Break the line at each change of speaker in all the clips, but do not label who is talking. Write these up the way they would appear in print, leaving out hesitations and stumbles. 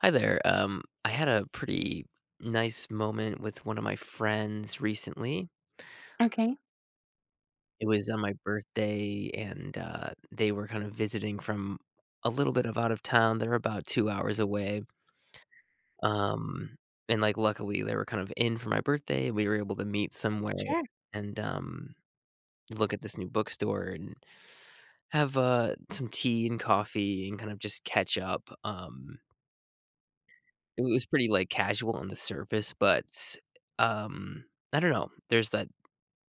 Hi there. I had a pretty nice moment with one of my friends recently.
Okay.
It was on my birthday, and they were kind of visiting from a little bit of out of town. They're about 2 hours away. Um, and like, luckily, they were kind of in for my birthday. We were able to meet somewhere
Sure,
and look at this new bookstore and have some tea and coffee and kind of just catch up. It was pretty, like, casual on the surface, but, um, I don't know. There's that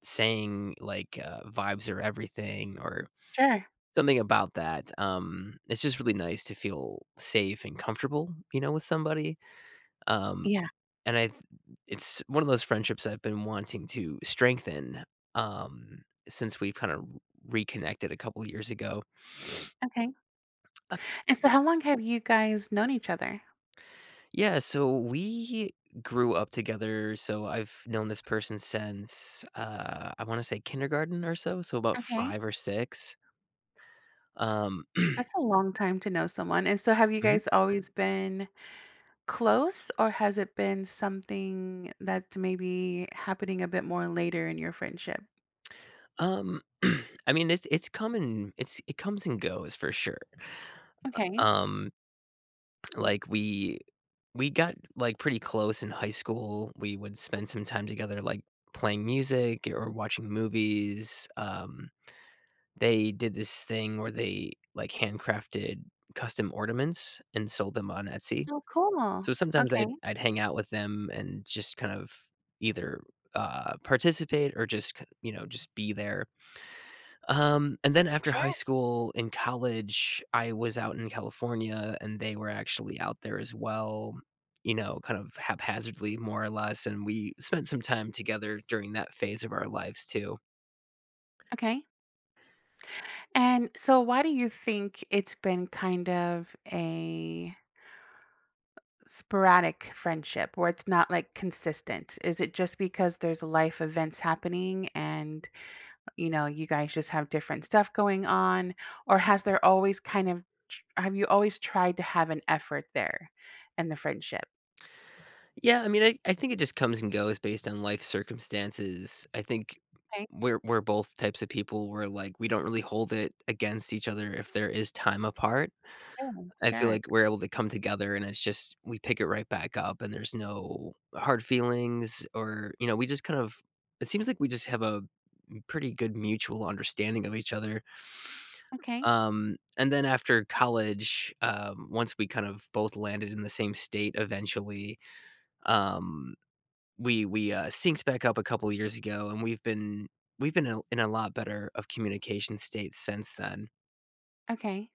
saying, like, "Vibes are everything," or
sure.
something about that. It's just really nice to feel safe and comfortable with somebody. Um,
Yeah,
and I it's one of those friendships I've been wanting to strengthen, since we've kinda reconnected a couple years ago.
okay. And so how long have you guys known each other?
Yeah, so we grew up together. So I've known this person since I want to say kindergarten or so, so about
Okay,
five or six. Um,
that's a long time to know someone. And so have you
Mhm.
guys always been close, or has it been something that's maybe happening a bit more later in your friendship?
um, I mean, it's coming, it comes and goes for sure.
Okay.
Um, like we got like pretty close in high school. We would spend some time together, like playing music or watching movies. They did this thing where they, like, handcrafted custom ornaments and sold them on Etsy.
Oh, cool.
So sometimes
Okay,
I'd hang out with them and just kind of either, participate or just k you know, just be there. And then after high
sure.
school, in college, I was out in California, and they were actually out there as well, kind of haphazardly, more or less, and we spent some time together during that phase of our lives too.
Okay. And so why do you think it's been kind of a sporadic friendship where it's not like consistent? Is it just because there's life events happening and you guys just have different stuff going on, or has there always kind of have you always tried to have an effort there in the friendship?
Yeah, I mean, I think it just comes and goes based on life circumstances. I think
Okay,
we're both types of people where like we don't really hold it against each other if there is time apart.
sure,
I feel
sure.
like we're able to come together and it's just we pick it right back up and there's no hard feelings or we just kind of it seems like we just have a pretty good mutual understanding of each other.
Okay,
And then after college, once we kind of both landed in the same state eventually, um we synced back up a couple years ago, and we've been in a lot better of communication state since then.
okay.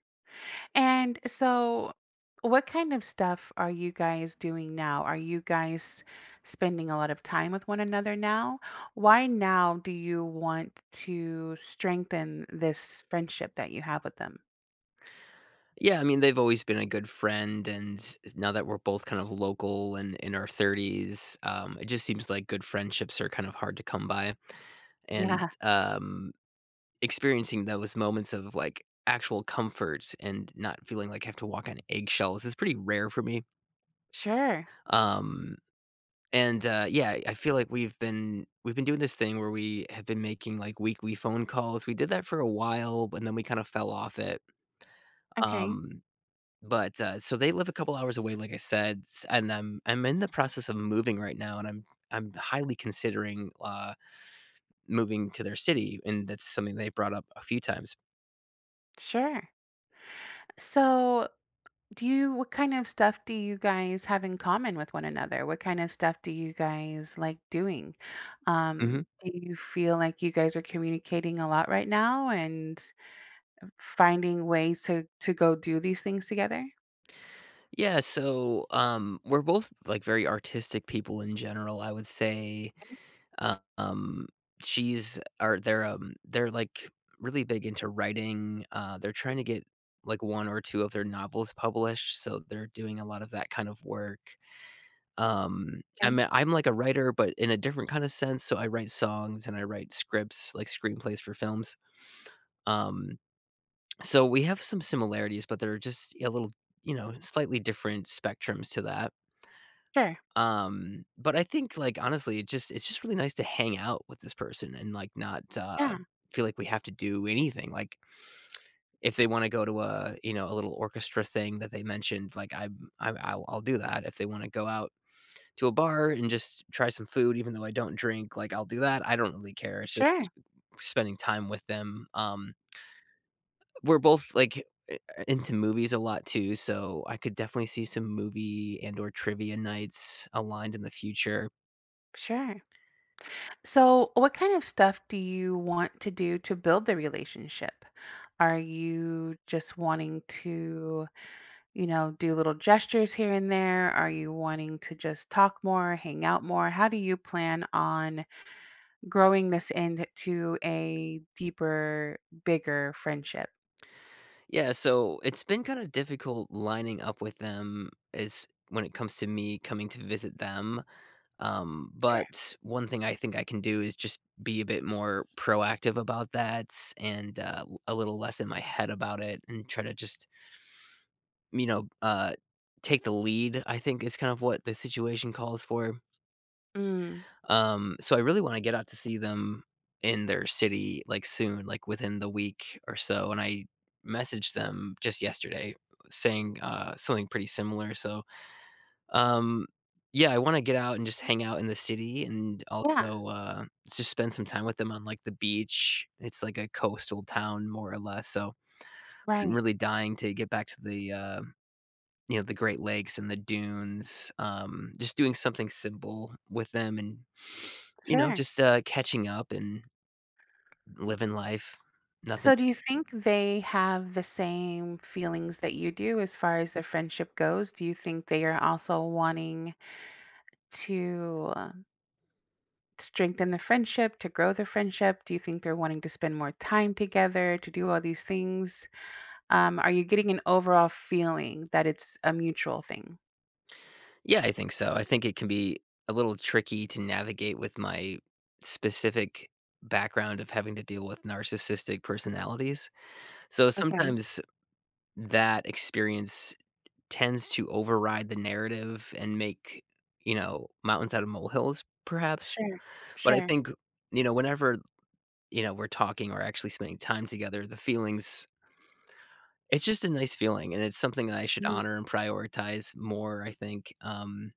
And so, what kind of stuff are you guys doing now? Are you guys spending a lot of time with one another now? Why now do you want to strengthen this friendship that you have with them?
Yeah, I mean, they've always been a good friend, and now that we're both kind of local and in our 30s, it just seems like good friendships are kind of hard to come by, and,
Yeah,
um, experiencing those moments of, like, actual comfort and not feeling like I have to walk on eggshells is pretty rare for me.
sure.
Um And, yeah, I feel like we've been doing this thing where we have been making, like, weekly phone calls. We did that for a while, and then we kinda fell off it.
Okay,
Um, but so they live a couple hours away, like I said, s and I'm in the process of moving right now, and I'm highly considering, moving to their city, and that's something they brought up a few times.
sure. So, Do you what kind of stuff do you guys have in common with one another? What kind of stuff do you guys like doing?
Mhm.
Do you feel like you guys are communicating a lot right now and finding ways to go do these things together?
Yeah, so we're both, like, very artistic people in general, I would say. Uh, um, she's are they're, like, really big into writing, they're trying to get, like, 1 or 2 of their novels published, so they're doing a lot of that kind of work.
Okay.
I'm, like, a writer, but in a different kinda sense, so I write songs and I write scripts, like, screenplays for films. Um, so we have some similarities, but they're just a little, slightly different spectrums to that.
Sure.
But I think, like, honestly, it's just really nice to hang out with this person and, like, not,
Yeah.
feel like we have to do anything, like, if they wanna go to a, a little orchestra thing that they mentioned, like, I'll do that. If they wanna go out to a bar and just try some food, even though I don't drink, like, I'll do that. I don't really care. It's
Sure.
just spending time with them. We're both, like, into movies a lot too, so I could definitely see some movie and or trivia nights aligned in the future.
Sure. So, what kind of stuff do you want to do to build the relationship? Are you just wanting to do little gestures here and there? Are you wanting to just talk more, hang out more? How do you plan on growing this into a deeper, bigger friendship?
Yeah, so it's been kind of difficult lining up with them as when it comes to me coming to visit them. Um,
Sure.
but one thing I think I can do is just be a bit more proactive about that and a little less in my head about it and try to just, you know, uh, take the lead. I think is kind of what the situation calls for.
Mm,
So I really want to get out to see them in their city, like, soon, like, within the week or so, and I messaged them just yesterday saying, something pretty similar, so, um, yeah, I wanna get out and just hang out in the city and
yeah,
also, just spend some time with them on, like, the beach. It's like a coastal town more or less, so I'm
right.
really dying to get back to the, the Great Lakes and the dunes, just doing something simple with them and
Sure.
catching up and living life. Nothing.
So do you think they have the same feelings that you do as far as their friendship goes? Do you think they are also wanting to strengthen the friendship, to grow the friendship? Do you think they're wanting to spend more time together, to do all these things? Are you getting an overall feeling that it's a mutual thing?
Yeah, I think so. I think it can be a little tricky to navigate with my specific background of having to deal with narcissistic personalities. So,
Okay,
sometimes that experience tends to override the narrative and make, mountains out of molehills, perhaps?
sure,
But I
sure,
think, whenever, we're talking or actually spending time together, the feelings. It's just a nice feeling, and it's something that I should
mhm,
honor and prioritize more, I think,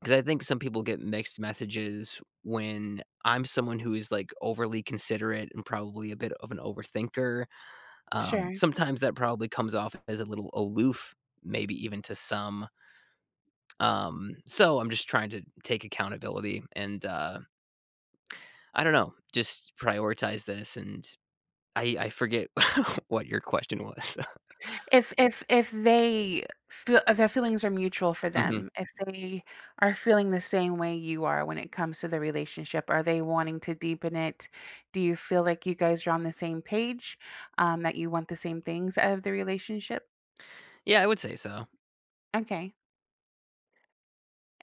because I think some people get mixed messages when I'm someone who is, like, overly considerate and probably a bit of an overthinker.
sure.
Sometimes that probably comes off as a little aloof, maybe even to some. So I'm just trying to take accountability and, I don't know, just prioritize this, and I forget what your question was.
If they feel if their feelings are mutual for
Mhm.
them, if they are feeling the same way you are when it comes to the relationship, are they wanting to deepen it? Do you feel like you guys are on the same page, that you want the same things out of the relationship?
Yeah, I would say so.
Okay.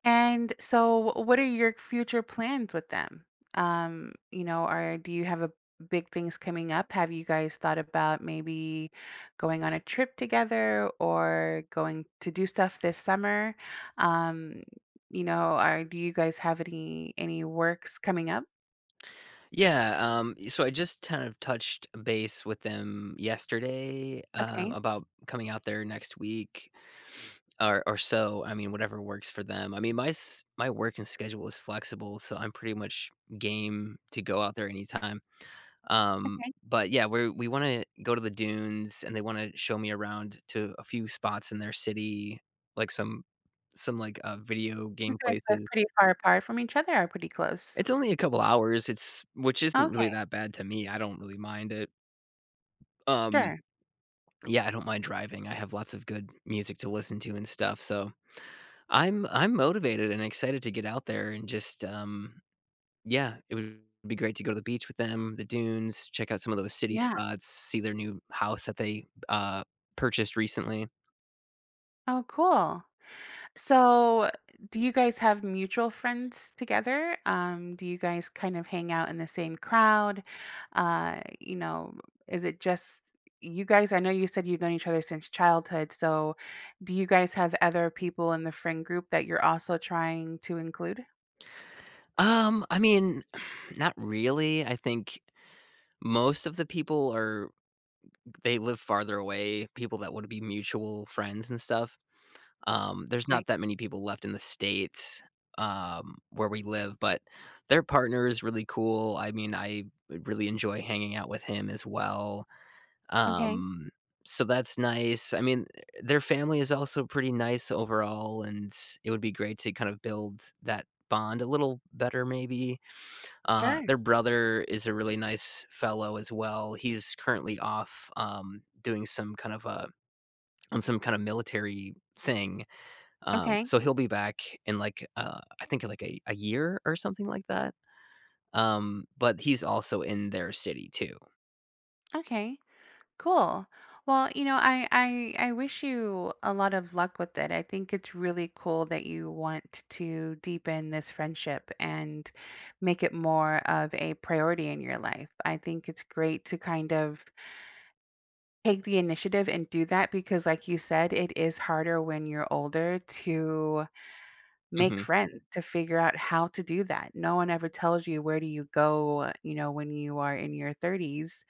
And so what are your future plans with them? Are do you have a big things coming up? Have you guys thought about maybe going on a trip together or going to do stuff this summer? Um, are do you guys have any works coming up?
Yeah, so I just kind of touched base with them yesterday
Okay.
about coming out there next week or so. I mean, whatever works for them. I mean, my working schedule is flexible, so I'm pretty much game to go out there anytime. Um,
Okay.
but yeah, we want to go to the dunes, and they want to show me around to a few spots in their city, like some like video
You
game
guys live
places.
pretty far apart from each other or pretty close?
It's only a couple hours. It's which isn't
Okay,
really that bad to me. I don't really mind it. Um,
sure.
yeah, I don't mind driving. I have lots of good music to listen to and stuff, so I'm motivated and excited to get out there and just, yeah, it would be great to go to the beach with them, the dunes, check out some of those city
Yeah.
spots, see their new house that they, purchased recently.
Oh, cool. So, do you guys have mutual friends together? Do you guys kind of hang out in the same crowd? Uh, you know, is it just you guys? I know you said you've known each other since childhood. So, do you guys have other people in the friend group that you're also trying to include?
I mean, not really. I think most of the people are they live farther away, people that would be mutual friends and stuff. There's
Okay.
not that many people left in the States, where we live, but their partner is really cool. I mean, I really enjoy hanging out with him as well.
Okay.
Um, so that's nice. I mean, their family is also pretty nice overall, and it would be great to kind of build that bond a little better maybe.
Sure.
Their brother is a really nice fellow as well. He's currently off, doing some kind of a on some kind of military thing,
Okay.
so he'll be back in like, I think like a year or something like that. But he's also in their city too.
Okay. Cool. Well, I wish you a lot of luck with it. I think it's really cool that you want to deepen this friendship and make it more of a priority in your life. I think it's great to kind of take the initiative and do that because like you said, it is harder when you're older to make
hmm
friends, to figure out how to do that. No one ever tells you where do you go when you are in your 30s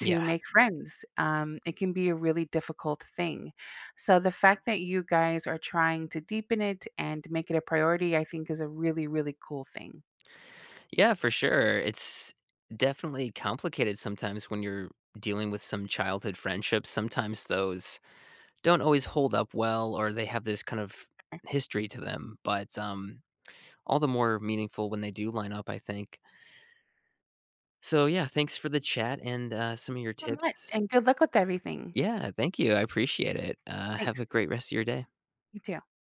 Yeah.
make friends. It can be a really difficult thing. So the fact that you guys are trying to deepen it and make it a priority, I think is a really, really cool thing.
Yeah, for sure. It's definitely complicated sometimes when you're dealing with some childhood friendships. Sometimes those don't always hold up well or they have this kind of history to them, but all the more meaningful when they do line up, I think. So, yeah, thanks for the chat and some of your
So much
tips.
and good luck with everything.
Yeah, thank you. I appreciate it. Have a
Thanks.
great rest of your day.
You too.